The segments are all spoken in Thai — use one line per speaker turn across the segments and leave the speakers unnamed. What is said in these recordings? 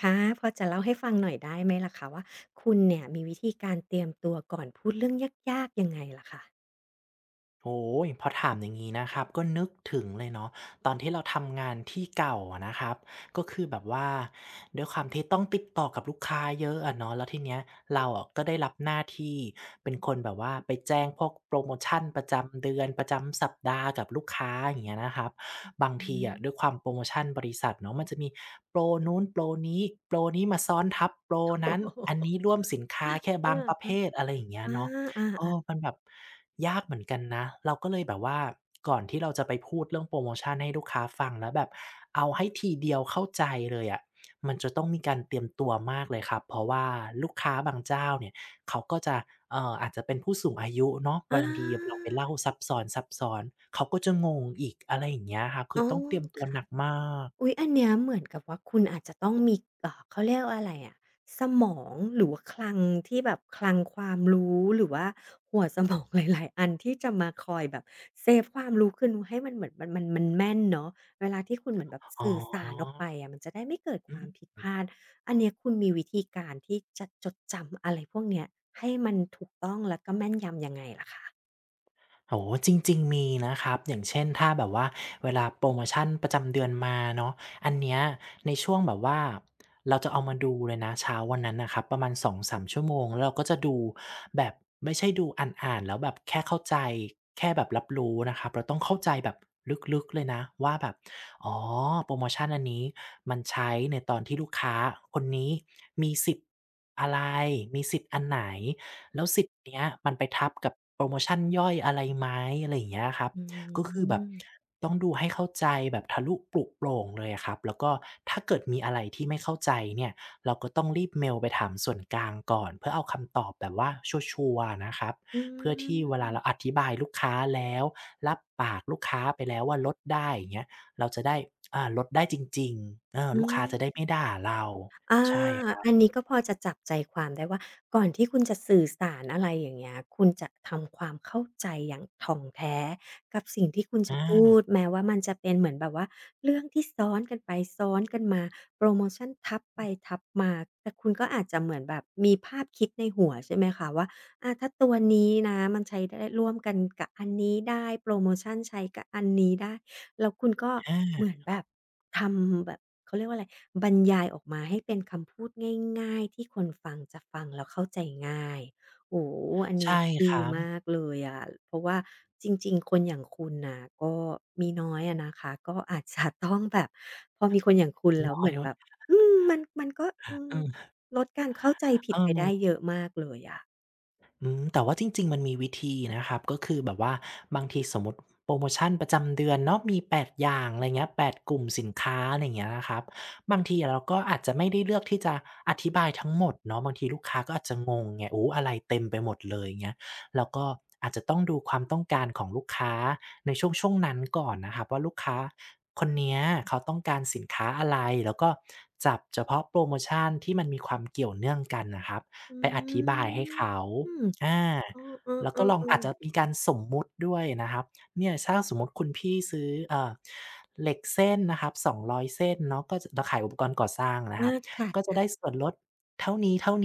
ค่ะพอจะเล่าให้ฟังหน่อยได้ไหมล่ะคะว่าคุณเนี่ยมีวิธีการเตรียมตัวก่อนพูดเรื่องยากๆยังไงล่ะคะ
โอ้โพอถามอย่างนี้นะครับก็นึกถึงเลยเนาะตอนที่เราทำงานที่เก่าอะนะครับก็คือแบบว่าด้วยความที่ต้องติดต่อกับลูกค้าเยอะอะเนาะแล้วทีเนี้ยเราอะก็ได้รับหน้าที่เป็นคนแบบว่าไปแจ้งพวกโปรโมชันประจำเดือนประจำสัปดาห์กับลูกค้าอย่างเงี้ยนะครับบาง
อื
ทีอะด้วย
ม
ความโปรโมชั่นบริษัทเนาะมันจะมีโปรนู้นโปรนี้โปรนี้มาซ้อนทับโปรนั้นอัน นี้ร่วมสินค้าแค่บางประเภ
เอา
ทอะไรอย่างเงี้ย
อา
เนาะ เอ
อา
อ
ๆ
มันแบบยากเหมือนกันนะเราก็เลยแบบว่าก่อนที่เราจะไปพูดเรื่องโพรโมชันให้ลูกค้าฟังแล้วแบบเอาให้ทีเดียวเข้าใจเลยอะมันจะต้องมีการเตรียมตัวมากเลยครับเพราะว่าลูกค้าบางเจ้าเนี่ยเขาก็จะอาจจะเป็นผู้สูงอายุเนาะบางทีเราไปเล่าซับซ้อนๆเขาก็จะงงอีกอะไรอย่างเงี้ยครับ
ๆ
คือ
อ๋อ
ต้องเตรียมตัว
ค่ะ
หนักมาก
อุ๊ยอันเนี้ยเหมือนกับว่าคุณอาจจะต้องมีเขาเรียกว่าอะไรอะสมองหรือว่าคลังที่แบบคลังความรู้หรือว่าหัวสมองหลายๆอันที่จะมาคอยแบบเซฟความรู้คือนูให้มันเหมือนมันแม่นเนาะเวลาที่คุณเหมือนแบบ
อ๋
สื่อสารออก
อ
ไปอะมันจะได้ไม่เกิดค
อื
วา
ม
มผิดพลาดอันเนี้ยคุณมีวิธีการที่จะจดจำอะไรพวกเนี้ยให้มันถูกต้องแล้วก็แม่นยำยังไงเหรอคะ
โอ้โฮจริงๆมีนะครับอย่างเช่นถ้าแบบว่าเวลาโพรโมชันประจำเดือนมาเนาะอันเนี้ยในช่วงแบบว่าเราจะเอามาดูเลยนะเช้าวันนั้นน่ะครับประมาณ2-3ชั่วโมงแล้วเราก็จะดูแบบไม่ใช่ดูอ่านๆแล้วแบบแค่เข้าใจแค่แบบรับรู้นะครับเราต้องเข้าใจแบบลึกๆเลยนะว่าแบบอ๋อโพรโมชันอันนี้มันใช้ในตอนที่ลูกค้าคนนี้มีสิทธิ์อะไรมีสิทธิ์อันไหน แล้วสิทธิ์เนี้ยมันไปทับกับโพรโมชันย่อยอะไรไหมอะไรอย่างเงี้ยครับ
อื
ก็คือแบบ
ม
ต้องดูให้เข้าใจแบบทะลุปรุโปร่งเลยอะครับแล้วก็ถ้าเกิดมีอะไรที่ไม่เข้าใจเนี่ยเราก็ต้องรีบเมลไปถามส่วนกลางก่อนเพื่อเอาคำตอบแบบว่าชัวร์ๆอะนะครับ
อื
เพื่อที่เวลาเราอ
ม
ธิบายลูกค้าแล้วรับปากลูกค้าไปแล้วว่าลดได้อย่างเงี้ยเราจะได้ลดได้จริงๆเออ
อื
ลูกค้าจะได้
ม
ไม่ด่าเรา
อา
ใช่ครั
อั
บ
นนี้ก็พอจะจับใจความได้ว่าก่อนที่คุณจะสื่อสารอะไรอย่างเงี้ยคุณจะทำความเข้าใจอย่างถ่องแท้กับสิ่งที่คุณจะ
อา
พูดแม้ว่ามันจะเป็นเหมือนแบบว่าเรื่องที่ซ้อนกันไปซ้อนกันมาโพรโมชันทับไปทับมาแต่คุณก็อาจจะเหมือนแบบมีภาพคิดในหัวใช่ไหมคะว่าอาถ้าตัวนี้นะมันใช้ได้ร่วมกันกับอันนี้ได้โพรโมชันใช้กับอันนี้ได้แล้วคุณก็เหมื
ๆ
อนแบบ ทำแบบเขาเรียกว่าอะไรบรรยายออกมาให้เป็นคำพูดง่ายๆที่คนฟังจะฟังแล้วเข้าใจง่ายโอ้โฮอันนี้
ใช่ค
ดี
รับ
มากเลยอะเพราะว่าจริงๆคนอย่างคุณน่ะก็มีน้อยอะนะคะก็อาจจะต้องแบบพอมีคนอย่างคุณแล้วเหมือนแบบ อืมมันก็อืม
เออ
ลดการเข้าใจผิ
เ
ดไปได้
ออ
เยอะมากเลยอะ
อืมแต่ว่าจริงๆมันมีวิธีนะครับ ก็คือแบบว่าบางทีสมมุติโพรโมชันประจำเดือนเนาะมี8อย่างอะไรเงี้ยแปดกลุ่มสินค้าอะไรอย่างเงี้ยนะครับ บางทีอะเราก็อาจจะไม่ได้เลือกที่จะอธิบายทั้งหมดเนาะบางทีลูกค้าก็อาจจะงงไงโอ้อะไรเต็มไปหมดเลยเงี้ยเราก็อาจจะต้องดูความต้องการของลูกค้าในช่วงนั้นก่อนนะครับว่าลูกค้าคนเนี้ยเขาต้องการสินค้าอะไรแล้วก็จับเฉพาะโพรโมชันที่มันมีความเกี่ยวเนื่องกันน่ะครับ
อื
ไป
ม
อธิบายให้เขา
อืม
อา
เอ
แล้ว
อ
ก็ลองอา
ๆ
จ
ๆ
จะ
ๆ
มีการสมมุติด้วยนะครับเนี่ยถ้าสมมุติคุณพี่ซื้อเหล็กเส้นนะครับ200เส้นเนาะก็จะเราขายอุปกรณ์ก่อสร้างนะค
อา
รับ
ค่
ก็จะ
ะ
ได้ส่วนลดเท่า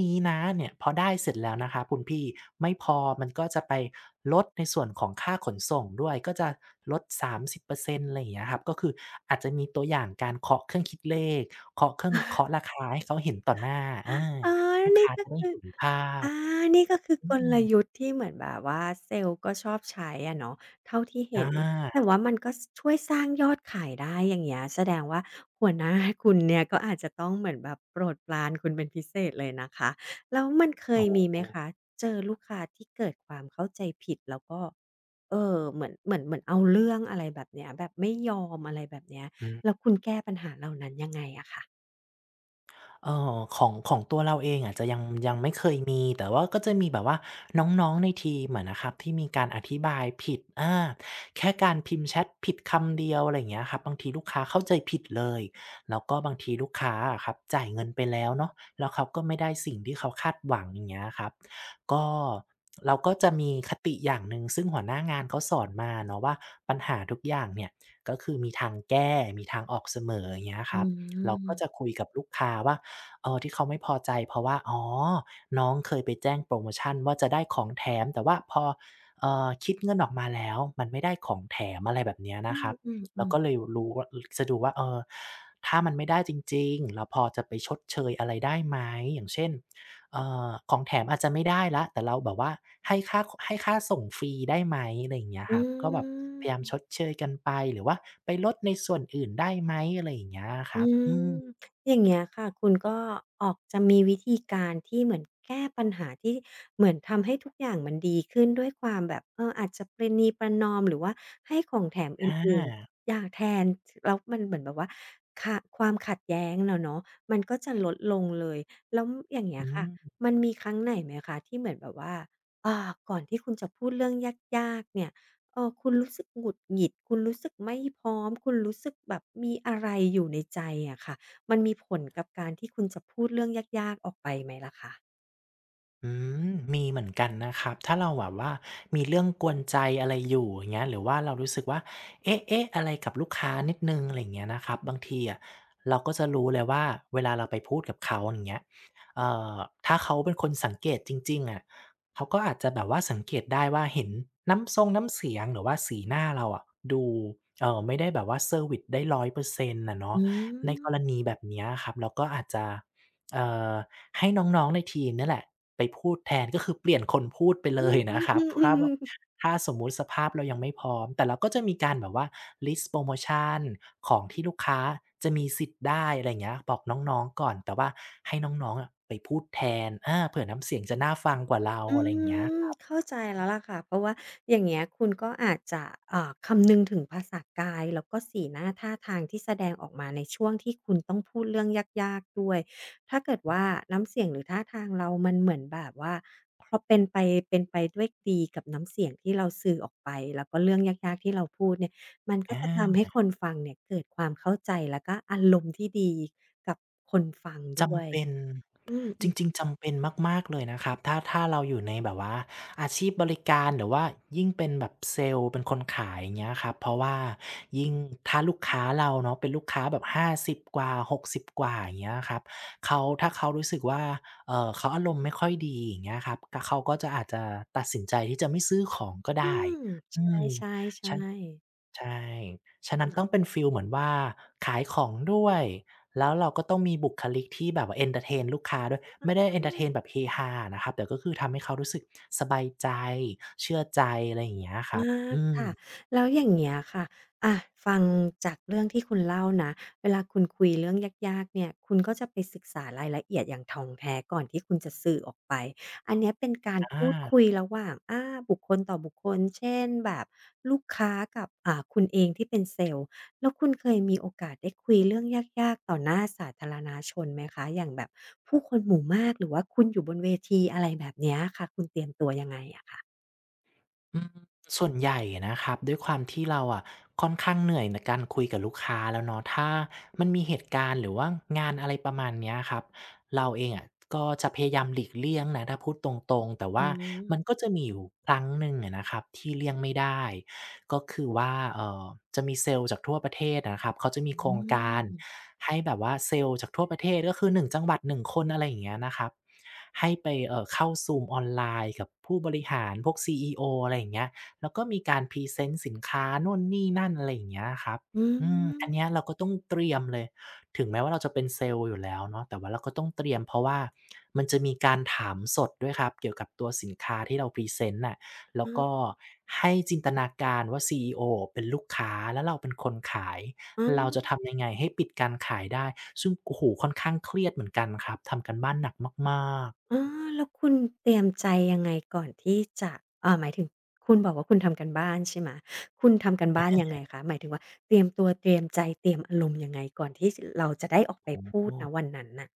นี้ๆนะเนี่ยพอได้เสร็จแล้วนะคะคุณพี่ไม่พอมันก็จะไปลดในส่วนของค่าขนส่งด้วยก็จะลด30%อร์เซ็นต์อะไรอย่างเงี้ยครับก็คืออาจจะมีตัวอย่างการเคาะเครื่องคิดเลขเคาะเครื่องเคาะราคาให้เขาเห็นต่อหน้าอา
อ๋อ
ลูก
นี่
ค้า
ก็
จะได้
คือ
เห็นภา
อา
พ
นี่ก็คือ
อื
กล
ม
ยุทธ์ที่เหมือนแบบว่าเซลล์ก็ชอบใช้อะเนาะเท่าที่
อ
เห็นแต่
า
ว่ามันก็สช่วยสร้างยอดขายได้อย่างเงี้ยแสดงว่าหัวหน้าคุณเนี่ยก็อาจจะต้องเหมือนแบบโปรดปรานคุณเป็นพิเศษเลยนะคะแล้วมันเคย
โอ้
มีไหม
โฮ
คะเจอลูกค้าที่เกิดความเข้าใจผิดแล้วก็เหมือนเอาเรื่องอะไรแบบเนี้ยแบบไม่ยอมอะไรแบบเนี้ย
อื
แล้ว
ม
คุณแก้ปัญหาเหล่านั้นยังไงอะคะ
ของของตัวเราเองอาจจะยังไม่เคยมีแต่ว่าก็จะมีแบบว่าน้องๆในทีมอะนะครับที่มีการอธิบายผิดอาแค่การพิมพ์แชทผิดคำเดียวอะไรอย่างเงี้ยครับบางทีลูกค้าเข้าใจผิดเลยแล้วก็บางทีลูกค้าอะครับจ่ายเงินไปแล้วเนาะแล้วเขาก็ไม่ได้สิ่งที่เขาคาดหวังอย่างเงี้ยครับก็เราก็จะมีคติอย่างหนึ่งซึ่งหัวหน้างานเขาสอนมาเนาะว่าปัญหาทุกอย่างเนี่ยก็คือมีทางแก้มีทางออกเสมออย่างเงี้ยค
อื
รับเราก็จะ
ม
คุยกับลูกค้าว่า เออที่เขาไม่พอใจเพราะว่าอ๋อน้องเคยไปแจ้งโพรโมชันว่าจะได้ของแถมแต่ว่าพอคิดเงินออกมาแล้วมันไม่ได้ของแถมอะไรแบบเนี้ย
อื
นะครับเรา
ม
ก็
ๆ
เลยรู้ว่าจะดูว่าเออถ้ามันไม่ได้จริงๆเราพอจะไปชดเชยอะไรได้ไหมอย่างเช่นของแถมอาจจะไม่ได้แล้วแต่เราแบบว่าให้ค่าให้ค่าส่งฟรีได้ไหมอะไรอย่างเงี้ย
ๆ
ค
อื
รับก็แบบพยายาม
ม
ชดเชยกันไปหรือว่าไปลดในส่วนอื่นได้ไหมอะไรอย่างเงี้ยอะค
อื
รับ
ม
อืม
อย่างเงี้ยค่ะคุณก็ออกจะมีวิธีการที่เหมือนแก้ปัญหาที่เหมือนทำให้ทุกอย่างมันดีขึ้นด้วยความแบบเอออาจจะประนีประนอมหรือว่าให้ของแถมอ
อ
ื่น
า
ๆอย่างแทนแล้วมันเหมือนแบบว่าขะความขัดแย้งอะเนาะมันก็จะลดลงเลยแล้วอย่างเงี้ย
อื
ค่ะ
ม
มันมีครั้งไหนไหมคะที่เหมือนแบบว่าอ่าก่อนที่คุณจะพูดเรื่องยากๆเนี่ย เออคุณรู้สึกหงุดหงิดคุณรู้สึกไม่พร้อม คุณรู้สึกแบบมีอะไรอยู่ในใจอะค่ะมันมีผลกับการที่คุณจะพูดเรื่องยากๆออกไปไหมล่ะคะ
อืมมีเหมือนกันนะครับถ้าเราแบบว่ามีเรื่องกวนใจอะไรอยู่อย่างเงี้ยหรือว่าเรารู้สึกว่าเอ๊ะอะไรกับลูกค้านิดหนึ่งอะไรอย่างเงี้ยนะครับบางทีอะเราก็จะรู้เลยว่าเวลาเราไปพูดกับเขาอย่างเงี้ยเอ่อถ้าเขาเป็นคนสังเกตจริงๆอะเขาก็อาจจะแบบว่าสังเกตได้ว่าเห็นน้ำทรงน้ำเสียงหรือว่าสีหน้าเราอะดูไม่ได้แบบว่าเซอร์วิซได้100%อยเปอร์เซ็นต์อะเนาะ
อื
ในกร
ม
ณีแบบเนี้ยอะครับเราก็อาจจะเอ่อ ให้น้องๆในทีมเนี่ยแหละไปพูดแทนก็คือเปลี่ยนคนพูดไปเล
อื
ยนะครับ ถ้าแบ
อ
บ
ๆๆๆ
ถ้าสมมุติสภาพเรายังไม่พร้อมแต่เราก็จะมีการแบบว่าลิสต์โพรโมชันของที่ลูกค้าจะมีสิทธิ์ได้อะไรอย่างเงี้ยบอกน้องๆก่อนแต่ว่าให้น้องๆอะไปพูดแทนอาเผื่อน้ำเสียงจะน่าฟังกว่าเรา
อื
อะไรอย่างเงี้ย
มเข้าใจแล้วล่ะค่ะเพราะว่าอย่างเงี้ยคุณก็อาจจะอ่าคำนึงถึงภาษากายแล้วก็สีหน้าท่าทางที่แสดงออกมาในช่วงที่คุณต้องพูดเรื่องยากๆด้วยถ้าเกิดว่าน้ำเสียงหรือท่าทางเรามันเหมือนแบบว่าพอเป็นไปด้วยดีกับน้ำเสียงที่เราสื่อออกไปแล้วก็เรื่องยากๆที่เราพูดเนี่ยมันก็
อ
จะทำให้
า
คนฟังเนี่ยเกิดความเข้าใจแล้วก็อารมณ์ที่ดีกับคนฟังด้วย
จำเป็น
อื
จ
ม
ริงๆจำเป็นมากๆเลยนะครับถ้าเราอยู่ในแบบว่าอาชีพบริการหรือว่ายิ่งเป็นแบบเซลส์เป็นคนขายอย่างเงี้ยครับเพราะว่ายิ่งถ้าลูกค้าเราเนาะเป็นลูกค้าแบบห้าสิบกว่า6กสิบกว่าอย่างเงี้ยครับเขาถ้าเขารู้สึกว่าเขาอารมณ์ไม่ค่อยดีอย่างเงี้ยครับกเขาก็จะอาจจะตัดสินใจที่จะไม่ซื้อของก็
ๆอื
ได้
มใ
อืม
ช่
ฉัน
ๆๆ
ใช่ ฉะนั้น
อา
ต้องเป็นฟีลเหมือนว่าขายของด้วย แล้วเราก็ต้องมีบุคลิกที่แบบว่าเอนเทอร์เทนลูกค้าด้วย ไม่ได้เอนเทอร์เทนแบบเฮฮาอะนะครับแต่ก็คือทำให้เขารู้สึกสบายใจ เชื่อใจอะไรอย่างเงี้ยค
อ
รับ
า
อืม
ค่ะแล้วอย่างเงี้ยค่ะอะฟังจากเรื่องที่คุณเล่านะเวลาคุณคุยเรื่องยากๆเนี่ยคุณก็จะไปศึกษารายละเอียดอย่างถ่องแท้ก่อนที่คุณจะสื่อออกไปอันเนี้ยเป็นการ
อ
พูดคุย
า
ระหว่างอาบุคคลต่อบุคคลเช่นแบบลูกค้ากับอ่าคุณเองที่เป็นเซลส์แล้วคุณเคยมีโอกาสได้คุยเรื่องยากๆต่อหน้าสาธารณชนไหมคะอย่างแบบผู้คนหมู่มากหรือว่าคุณอยู่บนเวทีอะไรแบบเนี้ยค่ะคุณเตรียมตัวยังไงอะคะ
อืมส่วนใหญ่นะครับด้วยความที่เราอ่ะค่อนข้างเหนื่อยในการคุยกับลูกค้าแล้วเนาะถ้ามันมีเหตุการณ์หรือว่างานอะไรประมาณเนี้ยครับเราเองอ่ะก็จะพยายามหลีกเลี่ยงนะถ้าพูดตรงๆแต่
อื
ว่ามัน
ม
ก็จะมีอยู่ครั้งหนึ่งอะนะครับที่เลี่ยงไม่ได้ ก็คือว่าจะมีเซลล์จากทั่วประเทศะนะครับเขาจะมี
อื
โครงการ
ม
ให้แบบว่าเซลล์จากทั่วประเทศก็คือหนึ่งจังหวัดหนึ่งคนอะไรอย่างเงี้ยนะครับให้ไปเข้าซูมออนไลน์กับผู้บริหารพวก CEO อโออะไรอย่างเงี้ยแล้วก็มีการพรีเซนต์สินค้านู่นนี่นั่นอะไรอย่างเงี้ยครับ
อื
อืมอันเนี้ย
ม
เราก็ต้องเตรียมเลยถึงแม้ว่าเราจะเป็นเซลล์อยู่แล้วเนาะแต่ว่าเราก็ต้องเตรียมเพราะว่ามันจะมีการถามสดด้วยครับเกี่ยวกับตัวสินค้าที่เราพรีเซนต์น่ะ แล้
อ๋
ว
อ
ก็ให้จินตนาการว่า CEO เป็นลูกค้าแล้วเราเป็นคนขาย
อ
เรา
๋
จะทำยังไงให้ปิดการขายได้ซึ่งโอ้โฮค่อนข้างเครียดเหมือนกันครับทำการบ้านหนักมากๆ
อแล้วคุณเตรียมใจยังไงก่อนที่จะหมายถึงคุณบอกว่าคุณทำการบ้านใช่ไหมคุณทำการบ้านยังไงคะหมายถึงว่าเตรียมตัวเตรียมใจเตรียมอารมณ์ยังไงก่อนที่สเราจะได้ออกไป
อ๋
พูด
อ
ณวันนั้นน่ะ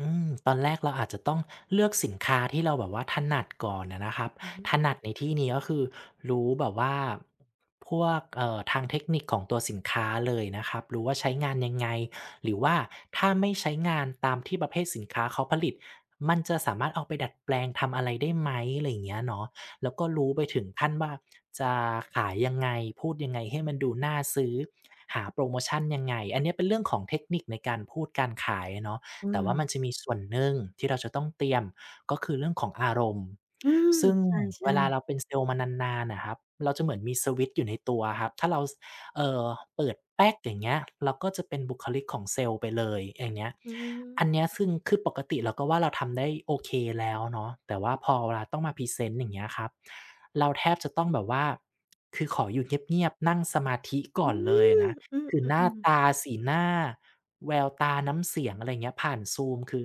อืมตอนแรกเราอาจจะต้องเลือกสินค้าที่เราแบบว่าถนัดก่อนอะนะครับ
อืม
ถนัดในที่นี้ก็คือรู้แบบว่าพวกทางเทคนิคของตัวสินค้าเลยนะครับรู้ว่าใช้งานยังไง หรือว่าถ้าไม่ใช้งานตามที่ประเภทสินค้าเขาผลิตมันจะสามารถเอาไปดัดแปลงทำอะไรได้ไหมอะไรอย่างเงี้ยเนาะแล้วก็รู้ไปถึงขั้นว่าจะขายยังไงพูดยังไงให้มันดูน่าซื้อหาโพรโมชันยังไงอันเนี้ยเป็นเรื่องของเทคนิคในการพูดการขายอะเนาะ
อื
แต่
ม
ว่ามันจะมีส่วนหนึ่งที่เราจะต้องเตรียมก็คือเรื่องของอารมณ์
อืม
ซึ่ง
ใช
เว
่
ลาเรา
ๆ
เป็นเซลส์มานานๆน่ะครับเราจะเหมือนมีสวิตช์อยู่ในตัวครับถ้าเราสเอ่อเปิดแป๊กอย่างเงี้ยเราก็จะเป็นบุคลิกของเซลส์ไปเลยอย่างเงี้ย
อื
อันเนี้
ม
ยซึ่งคือปกติเราก็ว่าเราทำได้โอเคแล้วเนาะแต่ว่าพอเวลาต้องมาพรีเซนต์อย่างเงี้ยครับเราแทบจะต้องแบบว่าคือขออยู่เงียบๆนั่งสมาธิ
อื
ก่อนเลย
ม
นะ
อื
คือหน้า
อๆ
ตา
ๆ
สีหน้า แววตาน้ำเสียงอะไรเงี้ยผ่านซูมคือ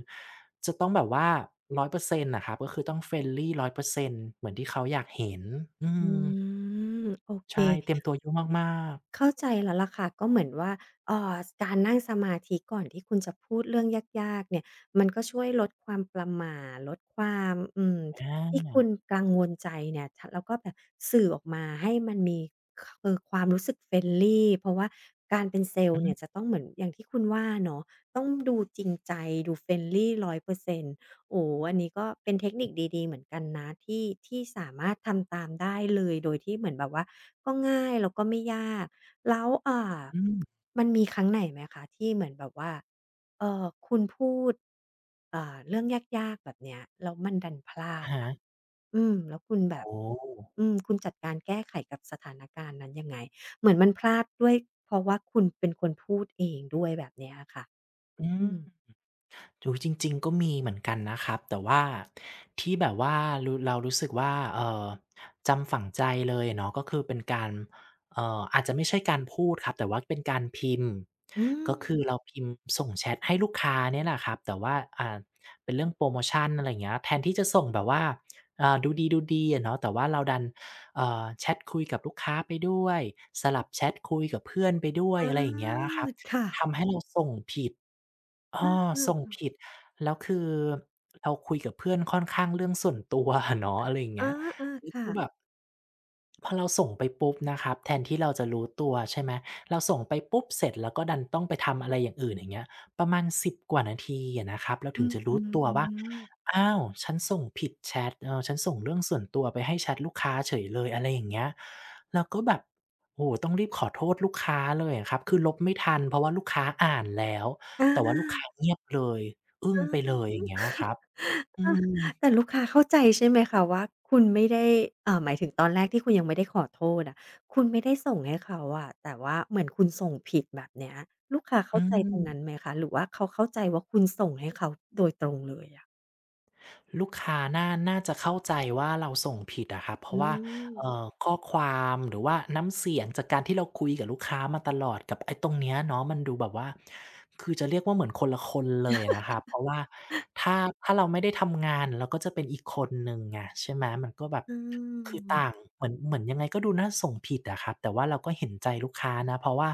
จะต้องแบบว่า100%อยเปอร์เซ็นต์น่ะครับก็คือต้อง friendly 100%เปอร์เซ็นต์เหมือนที่เขาอยากเห็นอื
อื
ม
มโอเค
ใช่เตรียมตัวเยอะมากๆ
เข้าใจแล้วล่ะค่ะก็เหมือนว่าเอ่อการนั่งสมาธิก่อนที่คุณจะพูดเรื่องยากๆเนี่ยมันก็ช่วยลดความประหม่าลดความ
อ
ที่
า
คุณกังวลใจเนี่ยแล้วก็แบบสื่อออกมาให้มันมีคือความรู้สึกเฟ i ลี่เพราะว่าการเป็นเซล
อื
ล์เนี่
ม
ยจะต้องเหมือนอย่างที่คุณว่าเนาะต้องดูจริงใจดู friendly 100% โอ้โอันนี้ก็เป็นเทคนิคดีๆ เหมือนกันนะที่สามารถทำตามได้เลยโดยที่เหมือนแบบว่าก็ง่ายแล้วก็ไม่ยากแล้ว
อม
มันมีครั้งไหนไหมคะที่เหมือนแบบว่าคุณพูดเรื่องยากๆแบบเนี้ยแล้วมันดันพลา
อะ
ด
ฮะ
อะอืมแล้วคุณแบ
โอ้
บ
โฮ
อืมคุณจัดการแก้ไขกับสถานการณ์นั้นยังไงเหมือนมันพลาดด้วยเพราะว่าคุณเป็นคนพูดเองด้วยแบบเนี้ยอะค่ะ
อืม
อืม
ดูจริงๆก็มีเหมือนกันนะครับแต่ว่าที่แบบว่ารู้เรารู้สึกว่าจำฝังใจเลยอะเนาะก็คือเป็นการอาจจะไม่ใช่การพูดครับแต่ว่าเป็นการพิมพ์
อืม
ก็คือเราพิมพ์ส่งแชตให้ลูกค้าเนี่ยแหละครับแต่ว่าเป็นเรื่องโพรโมชันอะไรอย่างเงี้ยแทนที่จะส่งแบบว่าดูดีๆอะเนาะแต่ว่าเราดันแชตคุยกับลูกค้าไปด้วยสลับแชตคุยกับเพื่อนไปด้วย
อา
อะไรอย่างเงี้ยนะครับ
ค่ะ
ทำให้เราส่งผิด อ้อส่งผิดแล้วคือเราคุยกับเพื่อนค่อนข้างเรื่องส่วนตัวอะเนาะอะไรอย่างเงี้
อา
ย
ๆ
นี่
ค่ะ
คือแบบ พอเราส่งไปปุ๊บนะครับแทนที่เราจะรู้ตัวใช่ไหมเราส่งไปปุ๊บเสร็จแล้วก็ดันต้องไปทำอะไรอย่างอื่นอย่างเงี้ยประมาณสิบกว่านาทีอะนะครับเรา
อื
ถึง
ม
จะ
อื
รู้ตัวว่า
ม
อ้าวฉันส่งผิดแชตเออฉันส่งเรื่องส่วนตัวไปให้แชตลูกค้าเฉยเลยอะไรอย่างเงี้ยเราก็แบบโอ้โฮต้องรีบขอโทษลูกค้าเลยอะครับคือลบไม่ทันเพราะว่าลูกค้าอ่านแล้ว
อา
แต่ว่าลูกค้าเงียบเลยอึ้งไปเลยอย่างเงี้ยครับอืม
ๆแต่ลูกค้าเข้าใจใช่ไหมคะว่าคุณไม่ได้หมายถึงตอนแรกที่คุณยังไม่ได้ขอโทษอะคุณไม่ได้ส่งให้เขาอะแต่ว่าเหมือนคุณส่งผิดแบบเนี้ยลูกค้า
อื
เข้าใจตรงนั้นไห
ม
มคะหรือว่าเขาเข้าใจว่าคุณส่งให้เขาโดยตรงเลยอะ
ลูกค้าน่าจะเข้าใจว่าเราส่งผิดอะครับเพ
อื
ราะว่า
ม
ข้อความหรือว่าน้ำเสียงจากการที่เราคุยกับลูกค้ามาตลอดกับไอ้ตรงเนี้ยเนาะมันดูแบบว่าคือจะเรียกว่าเหมือนคนละคนเลยอะนะครับเพราะว่าถ้าถ้าเราไม่ได้ทำงานเราก็จะเป็นอีกคนหนึ่งไงใช่ไหมมันก็แบบ
อื
คือต่าง
ม
เหมือนเหมือนยังไงก็ดูน่าส่งผิดอะครับแต่ว่าเราก็เห็นใจลูกค้านะเพราะว่า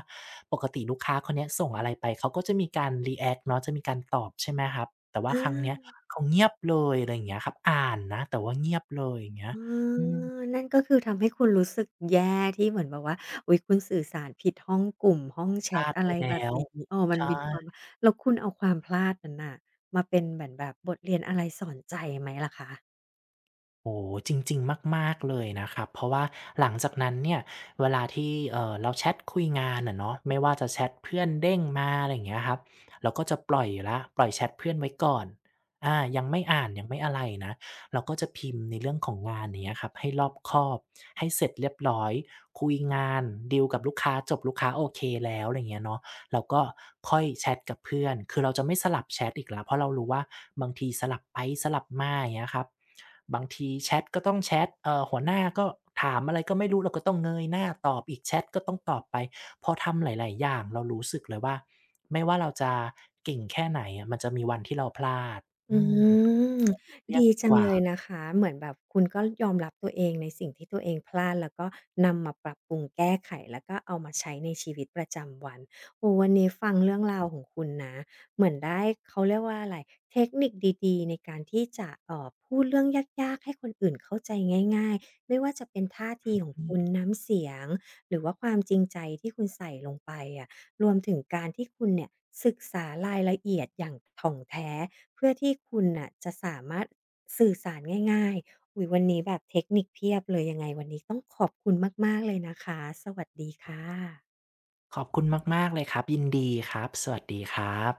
ปกติลูกค้าคนเนี้ยส่งอะไรไปเขาก็จะมีการรีแอกต์เนาะจะมีการตอบใช่ไหมครับแต่
อ
ว่าครั้งเนี้ย
า
เขาเงียบเลยอะไรอย่างเงี้ยครับอ่านนะแต่ว่าเงียบเลยอย่างเงี้ย
อ๋อ
อืม
นั่นก็คือทำให้คุณรู้สึกแย่ที่เหมือนแบบว่าอุ๊ยคุณสื่อสารผิดห้องกลุ่มห้องแช
พลา
ต
ด
อะ
ไป
ไรแบ
แล้
บ
ว
นี้เออมันเป็
ใช่
นความแล้วคุณเอาความพลาดนั้นน่ะมาเป็นเหมือนแบบบทเรียนอะไรสอนใจไหมล่ะคะ
โอ้โฮจริงๆมากๆเลยนะครับเพราะว่าหลังจากนั้นเนี่ยเวลาที่เราแชตคุยงานอะเนาะไม่ว่าจะแชตเพื่อนเด้งมาอะไรอย่างเงี้ยครับเราก็จะปล่อยอยู่แล้วปล่อยแชตเพื่อนไว้ก่อนอายังไม่อ่านยังไม่อะไรนะเราก็จะพิมพ์ในเรื่องของงานอย่างเงี้ยครับให้รอบคอบให้เสร็จเรียบร้อยคุยงานดีลกับลูกค้าจบลูกค้าโอเคแล้วอะไรอย่างเงี้ยเนาะเราก็ค่อยแชตกับเพื่อนคือเราจะไม่สลับแชตอีกแล้วเพราะเรารู้ว่าบางทีสลับไปสลับมาอย่างเงี้ยครับ บางทีแชทก็ต้องแชทหัวหน้าก็ถามอะไรก็ไม่รู้เราก็ต้องเงยหน้าตอบอีกแชตก็ต้องตอบไปพอทำหลายๆอย่างเรารู้สึกเลยว่าไม่ว่าเราจะเก่งแค่ไหนอะมันจะมีวันที่เราพลาด
อื
อืม
ม
เลี่ยง
ดี
ดี
จั
ก
ง
ว่า
เลยนะคะเหมือนแบบคุณก็ยอมรับตัวเองในสิ่งที่ตัวเองพลาดแล้วก็นำมาปรับปรุงแก้ไขแล้วก็เอามาใช้ในชีวิตประจำวันโอ้วันนี้ฟังเรื่องราวของคุณนะเหมือนได้เขาเรียกว่าอะไรเทคนิคดีๆในการที่จะพูดเรื่องยากๆให้คนอื่นเข้าใจง่ายๆไม่ว่าจะเป็นท่าทีของคุณน้ำเสียงหรือว่าความจริงใจที่คุณใส่ลงไปอะรวมถึงการที่คุณเนี่ยศึกษารายละเอียดอย่างถ่องแท้ เพื่อที่คุณน่ะจะสามารถสื่อสารง่ายๆอุ๊ยวันนี้แบบเทคนิคเพียบเลยยังไงวันนี้ต้องขอบคุณมากๆเลยนะคะสวัสดีค่ะ
ขอบคุณมากๆเลยครับยินดีครับสวัสดีครับ